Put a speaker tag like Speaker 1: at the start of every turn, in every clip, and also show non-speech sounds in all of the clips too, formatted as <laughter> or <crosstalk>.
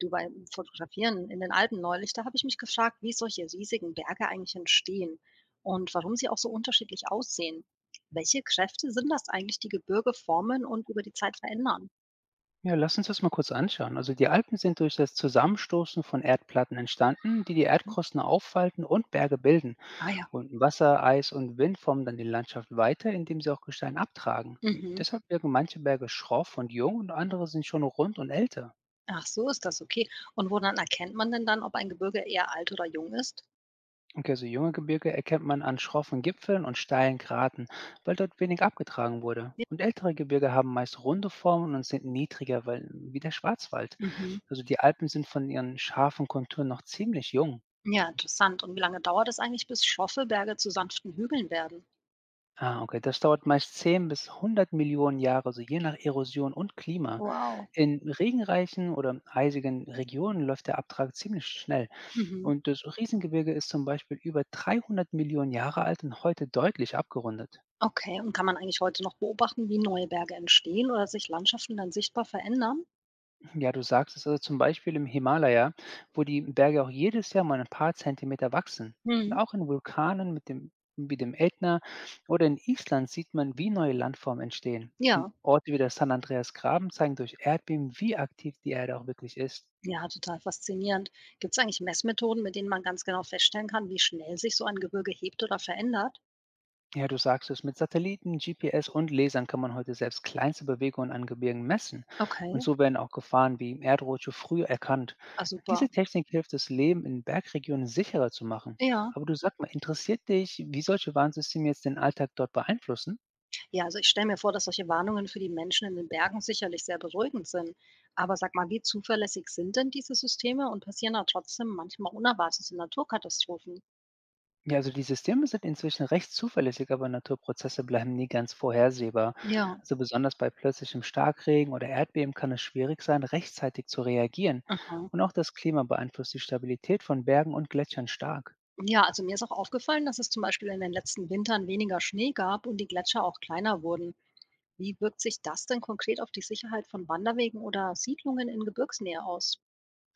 Speaker 1: Du beim Fotografieren in den Alpen neulich, da habe ich mich gefragt, wie solche riesigen Berge eigentlich entstehen und warum sie auch so unterschiedlich aussehen. Welche Kräfte sind das eigentlich, die Gebirge formen und über die Zeit verändern?
Speaker 2: Ja, lass uns das mal kurz anschauen. Also die Alpen sind durch das Zusammenstoßen von Erdplatten entstanden, die die
Speaker 1: Hm.
Speaker 2: Erdkrusten auffalten und Berge bilden.
Speaker 1: Ah ja.
Speaker 2: Und Wasser, Eis und Wind formen dann die Landschaft weiter, indem sie auch Gestein abtragen. Und
Speaker 1: Mhm.
Speaker 2: deshalb wirken manche Berge schroff und jung und andere sind schon rund und älter.
Speaker 1: Ach, so ist das, okay. Und woran erkennt man denn dann, ob ein Gebirge eher alt oder jung ist?
Speaker 2: Okay, also junge Gebirge erkennt man an schroffen Gipfeln und steilen Graten, weil dort wenig abgetragen wurde.
Speaker 1: Ja.
Speaker 2: Und ältere Gebirge haben meist runde Formen und sind niedriger, weil, wie der Schwarzwald.
Speaker 1: Mhm.
Speaker 2: Also die Alpen sind von ihren scharfen Konturen noch ziemlich jung.
Speaker 1: Ja, interessant. Und wie lange dauert es eigentlich, bis schroffe Berge zu sanften Hügeln werden?
Speaker 2: Ah, okay. Das dauert meist 10 bis 100 Millionen Jahre, also je nach Erosion und Klima.
Speaker 1: Wow.
Speaker 2: In regenreichen oder eisigen Regionen läuft der Abtrag ziemlich schnell.
Speaker 1: Mhm.
Speaker 2: Und das Riesengebirge ist zum Beispiel über 300 Millionen Jahre alt und heute deutlich abgerundet.
Speaker 1: Okay, und kann man eigentlich heute noch beobachten, wie neue Berge entstehen oder sich Landschaften dann sichtbar verändern?
Speaker 2: Ja, du sagst es, also zum Beispiel im Himalaya, wo die Berge auch jedes Jahr mal ein paar Zentimeter wachsen. Und
Speaker 1: Mhm.
Speaker 2: auch in Vulkanen mit dem, wie dem Ätna oder in Island sieht man, wie neue Landformen entstehen. Und
Speaker 1: Ja,
Speaker 2: Orte wie der San Andreas Graben zeigen durch Erdbeben, wie aktiv die Erde auch wirklich ist.
Speaker 1: ja, total faszinierend. Gibt es eigentlich Messmethoden, mit denen man ganz genau feststellen kann, wie schnell sich so ein Gebirge hebt oder verändert?
Speaker 2: Ja, du sagst es, mit Satelliten, GPS und Lasern kann man heute selbst kleinste Bewegungen an Gebirgen messen. Und
Speaker 1: Okay,
Speaker 2: so werden auch Gefahren wie Erdrutsche früh erkannt.
Speaker 1: ah, super.
Speaker 2: Diese Technik hilft, das Leben in Bergregionen sicherer zu machen.
Speaker 1: Ja,
Speaker 2: Aber du sag mal, interessiert dich, wie solche Warnsysteme jetzt den Alltag dort beeinflussen?
Speaker 1: ja, also ich stelle mir vor, dass solche Warnungen für die Menschen in den Bergen sicherlich sehr beruhigend sind. Aber sag mal, wie zuverlässig sind denn diese Systeme und passieren da trotzdem manchmal unerwartete Naturkatastrophen?
Speaker 2: Ja, also die Systeme sind inzwischen recht zuverlässig, aber Naturprozesse bleiben nie ganz vorhersehbar.
Speaker 1: Ja,
Speaker 2: Also besonders bei plötzlichem Starkregen oder Erdbeben kann es schwierig sein, rechtzeitig zu reagieren.
Speaker 1: aha.
Speaker 2: Und auch das Klima beeinflusst die Stabilität von Bergen und Gletschern stark.
Speaker 1: Ja, also mir ist auch aufgefallen, dass es zum Beispiel in den letzten Wintern weniger Schnee gab und die Gletscher auch kleiner wurden. Wie wirkt sich das denn konkret auf die Sicherheit von Wanderwegen oder Siedlungen in Gebirgsnähe aus?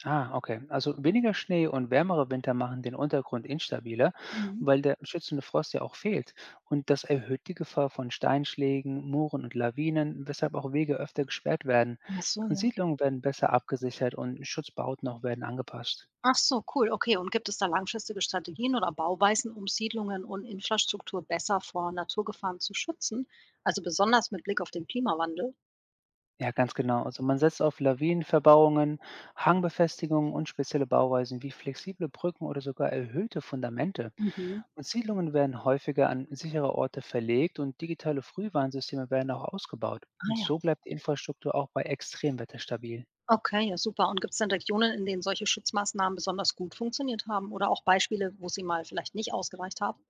Speaker 2: Ah, okay. Also weniger Schnee und wärmere Winter machen den Untergrund instabiler,
Speaker 1: Mhm.
Speaker 2: weil der schützende Frost ja auch fehlt. Und das erhöht die Gefahr von Steinschlägen, Mooren und Lawinen, weshalb auch Wege öfter gesperrt werden.
Speaker 1: Ach so,
Speaker 2: Und
Speaker 1: ja.
Speaker 2: Siedlungen werden besser abgesichert und Schutzbauten auch werden angepasst.
Speaker 1: Ach so, cool. Okay, und gibt es da langfristige Strategien oder Bauweisen, um Siedlungen und Infrastruktur besser vor Naturgefahren zu schützen? Also besonders mit Blick auf den Klimawandel?
Speaker 2: Ja, ganz genau. Also man setzt auf Lawinenverbauungen, Hangbefestigungen und spezielle Bauweisen wie flexible Brücken oder sogar erhöhte Fundamente.
Speaker 1: Mhm.
Speaker 2: Und Siedlungen werden häufiger an sichere Orte verlegt und digitale Frühwarnsysteme werden auch ausgebaut.
Speaker 1: Ah
Speaker 2: Und
Speaker 1: ja.
Speaker 2: so bleibt die Infrastruktur auch bei Extremwetter stabil.
Speaker 1: Okay, ja super. Und gibt es denn Regionen, in denen solche Schutzmaßnahmen besonders gut funktioniert haben oder auch Beispiele, wo sie mal vielleicht nicht ausgereicht haben?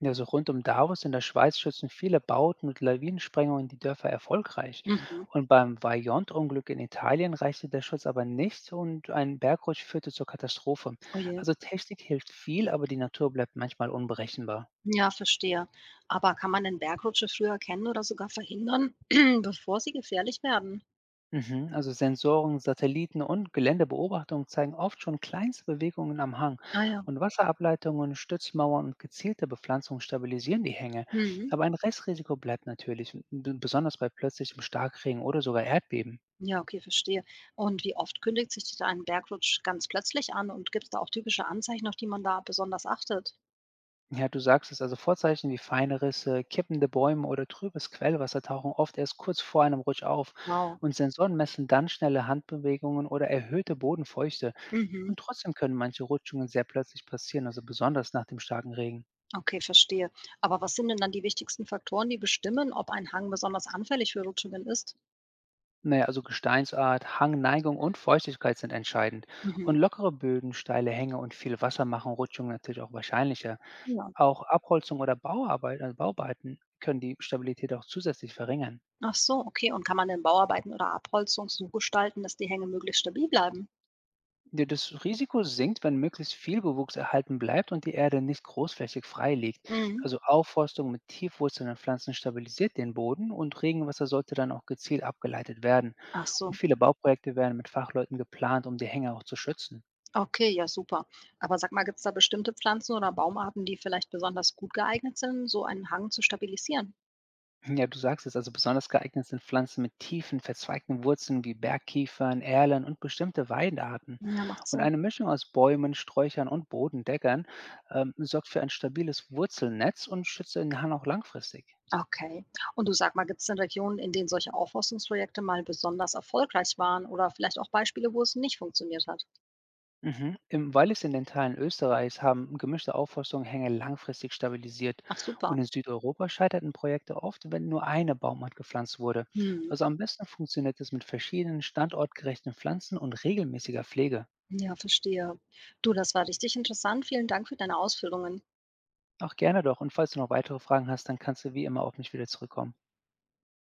Speaker 2: Ja, also rund um Davos in der Schweiz schützen viele Bauten und Lawinensprengungen die Dörfer erfolgreich.
Speaker 1: Mhm.
Speaker 2: Und beim Vajont-Unglück in Italien reichte der Schutz aber nicht und ein Bergrutsch führte zur Katastrophe.
Speaker 1: Oh je.
Speaker 2: Also Technik hilft viel, aber die Natur bleibt manchmal unberechenbar.
Speaker 1: Ja, verstehe. Aber kann man denn Bergrutsche früher erkennen oder sogar verhindern, <clears throat> bevor sie gefährlich werden?
Speaker 2: Mhm, also Sensoren, Satelliten und Geländebeobachtungen zeigen oft schon kleinste Bewegungen am Hang.
Speaker 1: Ah ja.
Speaker 2: Und Wasserableitungen, Stützmauern und gezielte Bepflanzung stabilisieren die Hänge.
Speaker 1: Mhm.
Speaker 2: Aber ein Restrisiko bleibt natürlich, besonders bei plötzlichem Starkregen oder sogar Erdbeben.
Speaker 1: Ja, okay, verstehe. Und wie oft kündigt sich denn ein Bergrutsch ganz plötzlich an und gibt es da auch typische Anzeichen, auf die man da besonders achtet?
Speaker 2: Ja, du sagst es, also Vorzeichen wie feine Risse, kippende Bäume oder trübes Quellwasser tauchen oft erst kurz vor einem Rutsch auf.
Speaker 1: Wow.
Speaker 2: Und Sensoren messen dann schnelle Handbewegungen oder erhöhte Bodenfeuchte.
Speaker 1: Mhm.
Speaker 2: Und trotzdem können manche Rutschungen sehr plötzlich passieren, also besonders nach dem starken Regen.
Speaker 1: Okay, verstehe. Aber was sind denn dann die wichtigsten Faktoren, die bestimmen, ob ein Hang besonders anfällig für Rutschungen ist?
Speaker 2: Naja, also Gesteinsart, Hangneigung und Feuchtigkeit sind entscheidend.
Speaker 1: Mhm.
Speaker 2: Und lockere Böden, steile Hänge und viel Wasser machen Rutschungen natürlich auch wahrscheinlicher.
Speaker 1: Ja.
Speaker 2: Auch Abholzung oder Bauarbeiten, also Bauarbeiten können die Stabilität auch zusätzlich verringern.
Speaker 1: Ach so, okay. Und kann man denn Bauarbeiten oder Abholzung so gestalten, dass die Hänge möglichst stabil bleiben?
Speaker 2: Ja, das Risiko sinkt, wenn möglichst viel Bewuchs erhalten bleibt und die Erde nicht großflächig frei liegt.
Speaker 1: Mhm.
Speaker 2: Also Aufforstung mit tiefwurzelnden Pflanzen stabilisiert den Boden und Regenwasser sollte dann auch gezielt abgeleitet werden.
Speaker 1: Ach
Speaker 2: Und
Speaker 1: so,
Speaker 2: viele Bauprojekte werden mit Fachleuten geplant, um die Hänge auch zu schützen.
Speaker 1: okay, ja super. Aber sag mal, gibt es da bestimmte Pflanzen oder Baumarten, die vielleicht besonders gut geeignet sind, so einen Hang zu stabilisieren?
Speaker 2: Ja, du sagst es, also besonders geeignet sind Pflanzen mit tiefen, verzweigten Wurzeln wie Bergkiefern, Erlen und bestimmte Weidenarten.
Speaker 1: Ja, macht
Speaker 2: Und
Speaker 1: Sinn.
Speaker 2: eine Mischung aus Bäumen, Sträuchern und Bodendeckern sorgt für ein stabiles Wurzelnetz und schützt den Hahn auch langfristig.
Speaker 1: Okay. Und du sag mal, gibt es denn Regionen, in denen solche Aufforstungsprojekte mal besonders erfolgreich waren oder vielleicht auch Beispiele, wo es nicht funktioniert hat?
Speaker 2: Mhm. Im Wallis in den Teilen Österreichs haben gemischte Aufforstungen Hänge langfristig stabilisiert
Speaker 1: Ach
Speaker 2: und
Speaker 1: super.
Speaker 2: in Südeuropa scheiterten Projekte oft, wenn nur eine Baumart gepflanzt wurde.
Speaker 1: Hm.
Speaker 2: Also am besten funktioniert es mit verschiedenen standortgerechten Pflanzen und regelmäßiger Pflege.
Speaker 1: Ja, verstehe. Du, das war richtig interessant. Vielen Dank für deine Ausführungen.
Speaker 2: Auch gerne doch. Und falls du noch weitere Fragen hast, dann kannst du wie immer auf mich wieder zurückkommen.